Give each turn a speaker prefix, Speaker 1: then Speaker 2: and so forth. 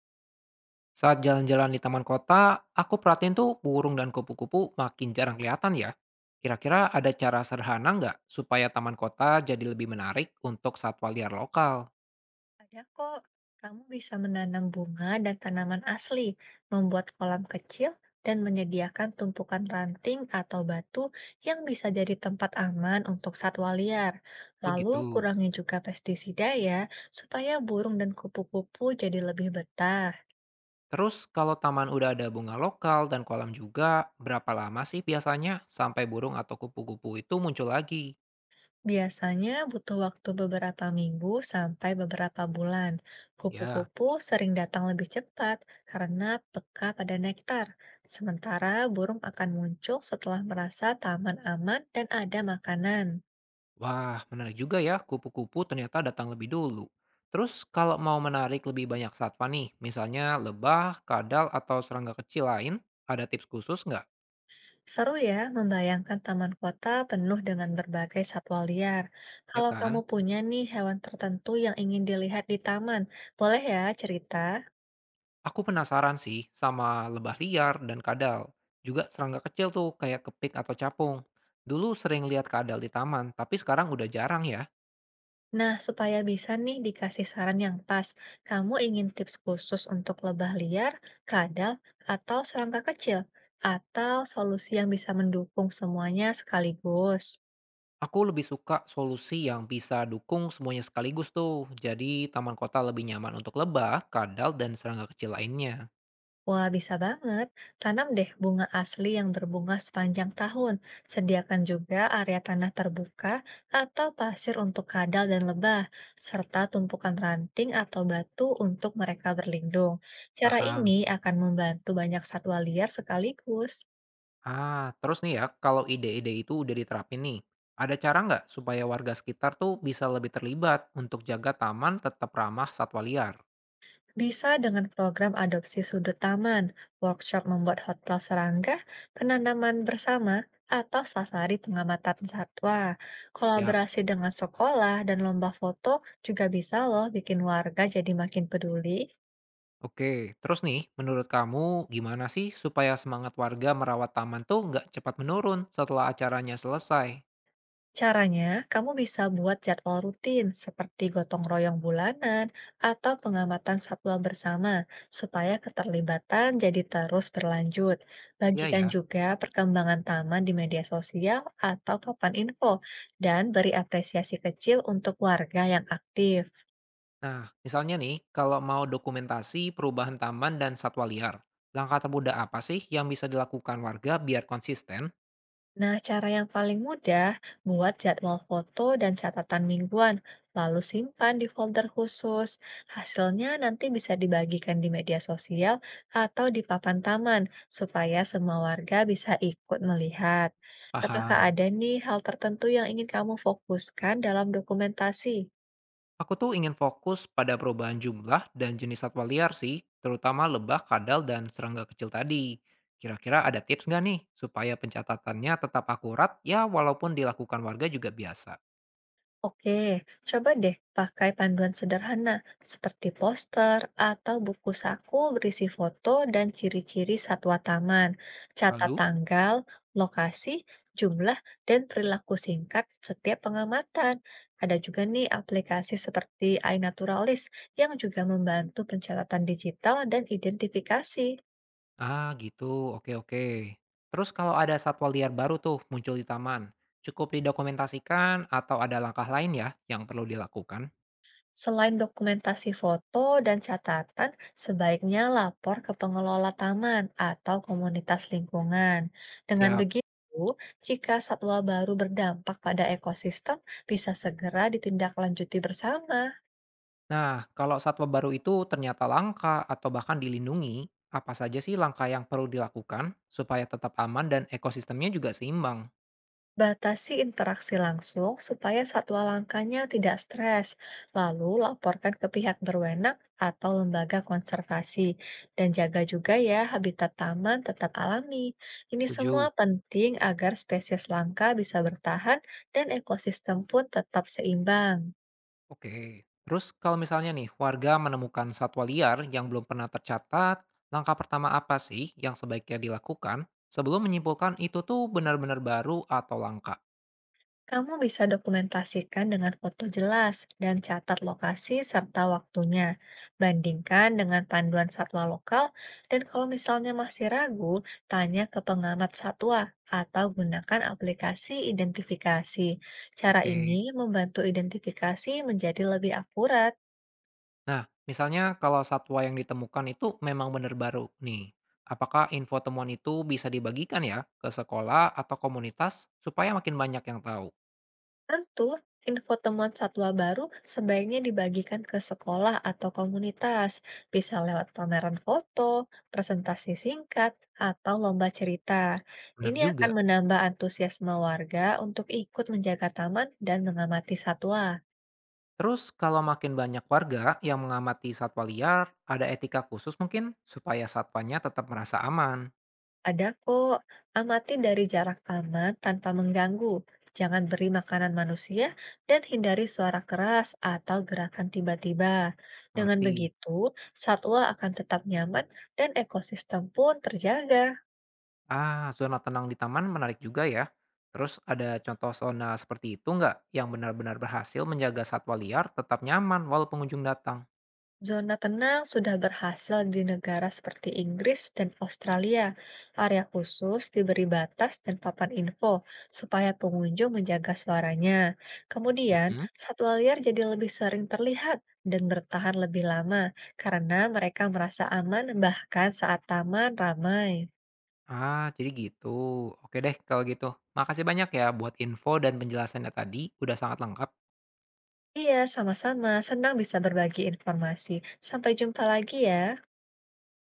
Speaker 1: Saat jalan-jalan di taman kota, aku perhatiin tuh burung dan kupu-kupu makin jarang kelihatan ya. Kira-kira ada cara sederhana nggak supaya taman kota jadi lebih menarik untuk satwa liar lokal?
Speaker 2: Ada kok, kamu bisa menanam bunga dan tanaman asli, membuat kolam kecil, dan menyediakan tumpukan ranting atau batu yang bisa jadi tempat aman untuk satwa liar.
Speaker 1: Oh
Speaker 2: Lalu
Speaker 1: gitu.
Speaker 2: kurangi juga pestisida ya, supaya burung dan kupu-kupu jadi lebih betah.
Speaker 1: Terus kalau taman udah ada bunga lokal dan kolam juga, berapa lama sih biasanya sampai burung atau kupu-kupu itu muncul lagi?
Speaker 2: Biasanya butuh waktu beberapa minggu sampai beberapa bulan.
Speaker 1: Ya.
Speaker 2: Kupu-kupu sering datang lebih cepat karena peka pada nektar, sementara burung akan muncul setelah merasa taman aman dan ada makanan.
Speaker 1: Wah, menarik juga ya, kupu-kupu ternyata datang lebih dulu. Terus kalau mau menarik lebih banyak satwa nih, misalnya lebah, kadal, atau serangga kecil lain, ada tips khusus nggak?
Speaker 2: Seru ya membayangkan taman kota penuh dengan berbagai satwa liar.
Speaker 1: Ya
Speaker 2: Kalau kamu
Speaker 1: kan?
Speaker 2: punya nih hewan tertentu yang ingin dilihat di taman, boleh ya cerita?
Speaker 1: Aku penasaran sih sama lebah liar dan kadal. Juga serangga kecil tuh kayak kepik atau capung. Dulu sering lihat kadal di taman, tapi sekarang udah jarang ya.
Speaker 2: Nah, supaya bisa nih dikasih saran yang pas, kamu ingin tips khusus untuk lebah liar, kadal, atau serangga kecil, atau solusi yang bisa mendukung semuanya sekaligus.
Speaker 1: Aku lebih suka solusi yang bisa dukung semuanya sekaligus tuh. Jadi taman kota lebih nyaman untuk lebah, kadal, dan serangga kecil lainnya.
Speaker 2: Wah, bisa banget. Tanam deh bunga asli yang berbunga sepanjang tahun. Sediakan juga area tanah terbuka atau pasir untuk kadal dan lebah, serta tumpukan ranting atau batu untuk mereka berlindung. Cara
Speaker 1: Paham?
Speaker 2: ini akan membantu banyak satwa liar sekaligus.
Speaker 1: Ah, terus nih ya, kalau ide-ide itu udah diterapin nih, ada cara nggak supaya warga sekitar tuh bisa lebih terlibat untuk jaga taman tetap ramah satwa liar?
Speaker 2: Bisa dengan program adopsi sudut taman, workshop membuat hotel serangga, penanaman bersama, atau safari pengamatan satwa.
Speaker 1: Yap.
Speaker 2: Kolaborasi dengan sekolah dan lomba foto juga bisa loh bikin warga jadi makin peduli.
Speaker 1: Oke, terus nih, menurut kamu gimana sih supaya semangat warga merawat taman tuh nggak cepat menurun setelah acaranya selesai?
Speaker 2: Caranya, kamu bisa buat jadwal rutin seperti gotong royong bulanan atau pengamatan satwa bersama supaya keterlibatan jadi terus berlanjut.
Speaker 1: Iya
Speaker 2: Bagikan
Speaker 1: ya.
Speaker 2: juga perkembangan taman di media sosial atau papan info dan beri apresiasi kecil untuk warga yang aktif.
Speaker 1: Nah, misalnya nih, kalau mau dokumentasi perubahan taman dan satwa liar, langkah termudah apa sih yang bisa dilakukan warga biar konsisten?
Speaker 2: Nah, cara yang paling mudah buat jadwal foto dan catatan mingguan, lalu simpan di folder khusus. Hasilnya nanti bisa dibagikan di media sosial atau di papan taman, supaya semua warga bisa ikut melihat. Apakah
Speaker 1: Paham.
Speaker 2: ada nih hal tertentu yang ingin kamu fokuskan dalam dokumentasi?
Speaker 1: Aku tuh ingin fokus pada perubahan jumlah dan jenis satwa liar sih, terutama lebah, kadal, dan serangga kecil tadi. Kira-kira ada tips nggak nih supaya pencatatannya tetap akurat ya walaupun dilakukan warga juga biasa?
Speaker 2: Oke, coba deh pakai panduan sederhana seperti poster atau buku saku berisi foto dan ciri-ciri satwa taman. Catat
Speaker 1: Lalu?
Speaker 2: tanggal, lokasi, jumlah, dan perilaku singkat setiap pengamatan. Ada juga nih aplikasi seperti iNaturalis yang juga membantu pencatatan digital dan identifikasi.
Speaker 1: Ah gitu, oke oke. Terus kalau ada satwa liar baru tuh muncul di taman, cukup didokumentasikan atau ada langkah lain ya yang perlu dilakukan?
Speaker 2: Selain dokumentasi foto dan catatan, sebaiknya lapor ke pengelola taman atau komunitas lingkungan. Dengan
Speaker 1: Siap.
Speaker 2: begitu, jika satwa baru berdampak pada ekosistem, bisa segera ditindaklanjuti bersama.
Speaker 1: Nah, kalau satwa baru itu ternyata langka atau bahkan dilindungi, apa saja sih langkah yang perlu dilakukan supaya tetap aman dan ekosistemnya juga seimbang?
Speaker 2: Batasi interaksi langsung supaya satwa langkanya tidak stres, lalu laporkan ke pihak berwenang atau lembaga konservasi, dan jaga juga ya habitat taman tetap alami. Ini semua
Speaker 1: Setuju.
Speaker 2: penting agar spesies langka bisa bertahan dan ekosistem pun tetap seimbang.
Speaker 1: Oke. Terus kalau misalnya nih warga menemukan satwa liar yang belum pernah tercatat, langkah pertama apa sih yang sebaiknya dilakukan sebelum menyimpulkan itu tuh benar-benar baru atau langka?
Speaker 2: Kamu bisa dokumentasikan dengan foto jelas dan catat lokasi serta waktunya. Bandingkan dengan panduan satwa lokal, dan kalau misalnya masih ragu, tanya ke pengamat satwa atau gunakan aplikasi identifikasi. Cara ini
Speaker 1: Oke.
Speaker 2: membantu identifikasi menjadi lebih akurat.
Speaker 1: Nah, misalnya kalau satwa yang ditemukan itu memang benar baru nih, apakah info temuan itu bisa dibagikan ya ke sekolah atau komunitas supaya makin banyak yang tahu?
Speaker 2: Tentu, info temuan satwa baru sebaiknya dibagikan ke sekolah atau komunitas, bisa lewat pameran foto, presentasi singkat, atau lomba cerita.
Speaker 1: Benar
Speaker 2: Ini akan
Speaker 1: juga.
Speaker 2: menambah antusiasme warga untuk ikut menjaga taman dan mengamati satwa.
Speaker 1: Terus kalau makin banyak warga yang mengamati satwa liar, ada etika khusus mungkin supaya satwanya tetap merasa aman.
Speaker 2: Ada kok, amati dari jarak aman tanpa mengganggu. Jangan beri makanan manusia dan hindari suara keras atau gerakan tiba-tiba. Dengan
Speaker 1: Ngerti.
Speaker 2: begitu, satwa akan tetap nyaman dan ekosistem pun terjaga.
Speaker 1: Ah, zona tenang di taman menarik juga ya. Terus ada contoh zona seperti itu nggak yang benar-benar berhasil menjaga satwa liar tetap nyaman walau pengunjung datang?
Speaker 2: Zona tenang sudah berhasil di negara seperti Inggris dan Australia. Area khusus diberi batas dan papan info supaya pengunjung menjaga suaranya. Kemudian,
Speaker 1: Mm-mm.
Speaker 2: satwa liar jadi lebih sering terlihat dan bertahan lebih lama karena mereka merasa aman bahkan saat taman ramai.
Speaker 1: Ah, jadi gitu. Oke deh kalau gitu. Makasih banyak ya buat info dan penjelasannya tadi, udah sangat lengkap.
Speaker 2: Iya, sama-sama. Senang bisa berbagi informasi. Sampai jumpa lagi ya.